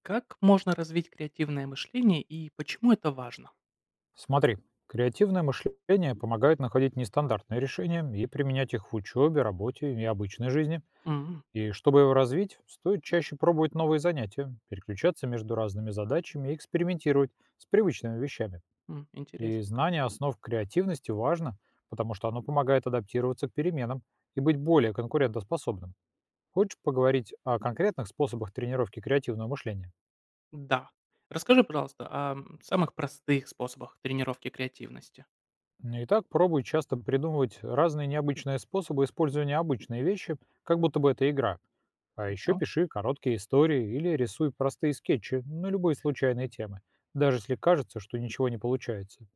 Как можно развить креативное мышление и почему это важно? Смотри, креативное мышление помогает находить нестандартные решения и применять их в учебе, работе и обычной жизни. М, И чтобы его развить, стоит чаще пробовать новые занятия, переключаться между разными задачами и экспериментировать с привычными вещами. И Интересненько. знание основ креативности важно, потому что оно помогает адаптироваться к переменам и быть более конкурентоспособным. Хочешь поговорить о конкретных способах тренировки креативного мышления? Да. Расскажи, пожалуйста, о самых простых способах тренировки креативности. Итак, пробуй часто придумывать разные необычные способы использования обычной вещи, как будто бы это игра. А еще Понял. пиши короткие истории или рисуй простые скетчи на любые случайные темы, даже если кажется, что ничего не получается.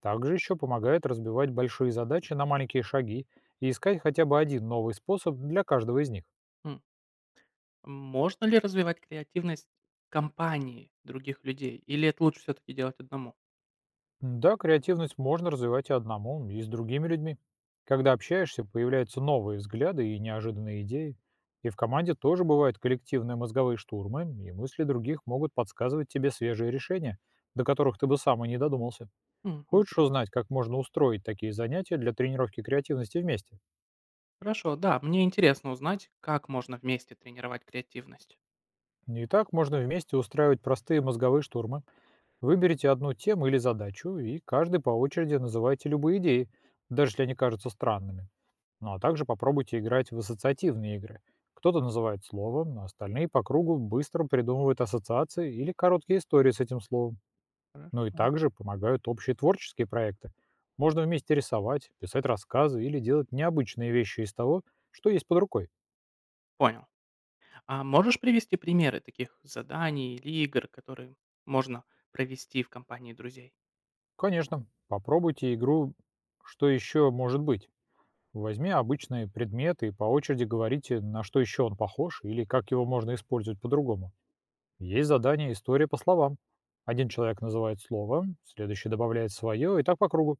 Также еще помогает разбивать большие задачи на маленькие шаги и искать хотя бы один новый способ для каждого из них. М. Можно ли развивать креативность в компании других людей или это лучше все таки делать одному? Да, креативность можно развивать и одному, и с другими людьми. Когда общаешься, появляются новые взгляды и неожиданные идеи. И в команде тоже бывают коллективные мозговые штурмы, и мысли других могут подсказывать тебе свежие решения, до которых ты бы сам и не додумался. Хочешь Интересно. узнать, как можно устроить такие занятия для тренировки креативности вместе? Хорошо, да, мне интересно узнать, как можно вместе тренировать креативность. И так можно вместе устраивать простые мозговые штурмы. Выберите одну тему или задачу, и каждый по очереди называйте любые идеи, даже если они кажутся странными. Ну а также попробуйте играть в ассоциативные игры. Кто-то называет слово, но остальные по кругу быстро придумывают ассоциации или короткие истории с этим словом. Ну и Хорошо. также помогают общие творческие проекты. Можно вместе рисовать, писать рассказы или делать необычные вещи из того, что есть под рукой. Понял. А можешь привести примеры таких заданий или игр, которые можно провести в компании друзей? Конечно, попробуйте игру «Что еще может быть?». Возьми обычные предметы и по очереди говорите, на что еще он похож или как его можно использовать по-другому. Есть задание «История по словам». Один человек называет слово, следующий добавляет свое, и так по кругу.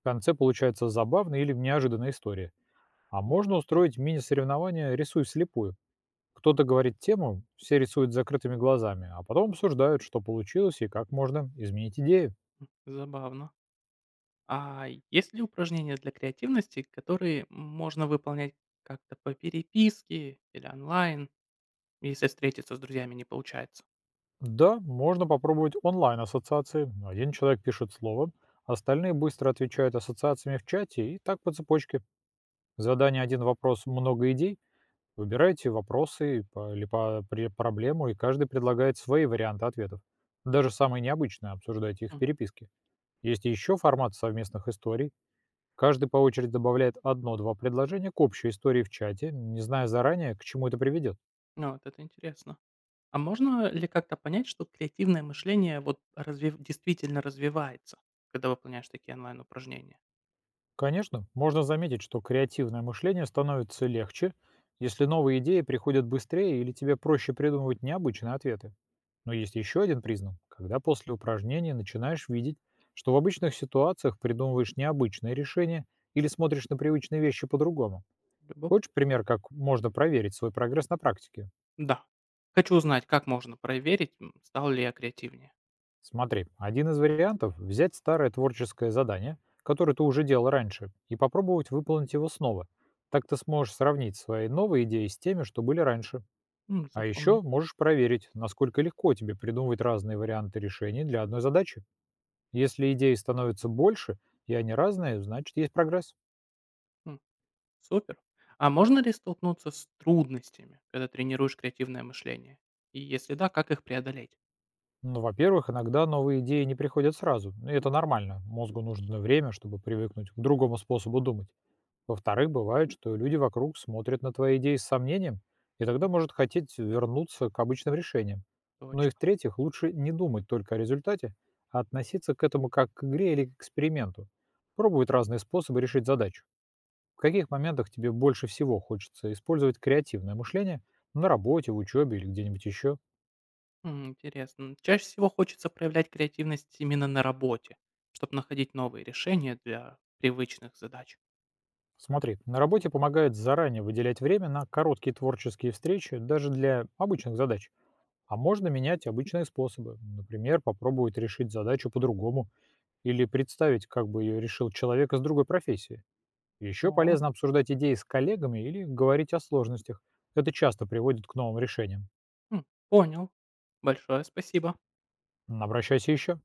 В конце получается забавная или неожиданная история. А М, можно э, устроить мини-соревнование «Рисуй вслепую». Кто-то говорит тему, все рисуют с закрытыми глазами, а потом обсуждают, что получилось и как можно изменить идею. Забавно. А есть ли упражнения для креативности, которые можно выполнять как-то по переписке или онлайн, если встретиться с друзьями не получается? Да, можно попробовать онлайн-ассоциации. Один человек пишет слово, остальные быстро отвечают ассоциациями в чате и так по цепочке. Задание «Один вопрос, много идей». Выбираете вопросы проблему, и каждый предлагает свои варианты ответов. Даже самые необычные обсуждайте их в М, переписке. Есть еще формат совместных историй. Каждый по очереди добавляет одно-два предложения к общей истории в чате, не зная заранее, к чему это приведет. Ну, вот это интересно. А можно ли как-то понять, что креативное мышление вот действительно развивается, когда выполняешь такие онлайн-упражнения? Конечно, можно заметить, что креативное мышление становится легче, если новые идеи приходят быстрее или тебе проще придумывать необычные ответы. Но есть еще один признак, когда после упражнения начинаешь видеть, что в обычных ситуациях придумываешь необычные решения или смотришь на привычные вещи по-другому. Любоп- Хочешь пример, как можно проверить свой прогресс на практике? Да. Хочу узнать, как можно проверить, стал ли я креативнее. Смотри, один из вариантов — взять старое творческое задание, которое ты уже делал раньше, и попробовать выполнить его снова. Так ты сможешь сравнить свои новые идеи с теми, что были раньше. А Запомню. еще можешь проверить, насколько легко тебе придумывать разные варианты решений для одной задачи. Если идей становится больше, и они разные, значит есть прогресс. Супер. А можно ли столкнуться с трудностями, когда тренируешь креативное мышление? И если да, как их преодолеть? Ну, во-первых, иногда новые идеи не приходят сразу. И это нормально. Мозгу нужно время, чтобы привыкнуть к другому способу думать. Во-вторых, бывает, что люди вокруг смотрят на твои идеи с сомнением, и М, тогда может хотеть вернуться к обычным решениям. Ну и Точно. в-третьих, лучше не думать только о результате, а относиться к этому как к игре или к эксперименту. Пробовать разные способы решить задачу. В каких моментах тебе больше всего хочется использовать креативное мышление на работе, в учебе или где-нибудь еще? Интересно. Чаще всего хочется проявлять креативность именно на работе, чтобы находить новые решения для привычных задач. Смотри, на работе помогает заранее выделять время на короткие творческие встречи даже для обычных задач. А можно менять обычные способы. Например, попробовать решить задачу по-другому или представить, как бы ее решил человек из другой профессии. Еще О, полезно обсуждать идеи с коллегами или говорить о сложностях. Это часто приводит к новым решениям. Понял. Большое спасибо. Обращайся еще.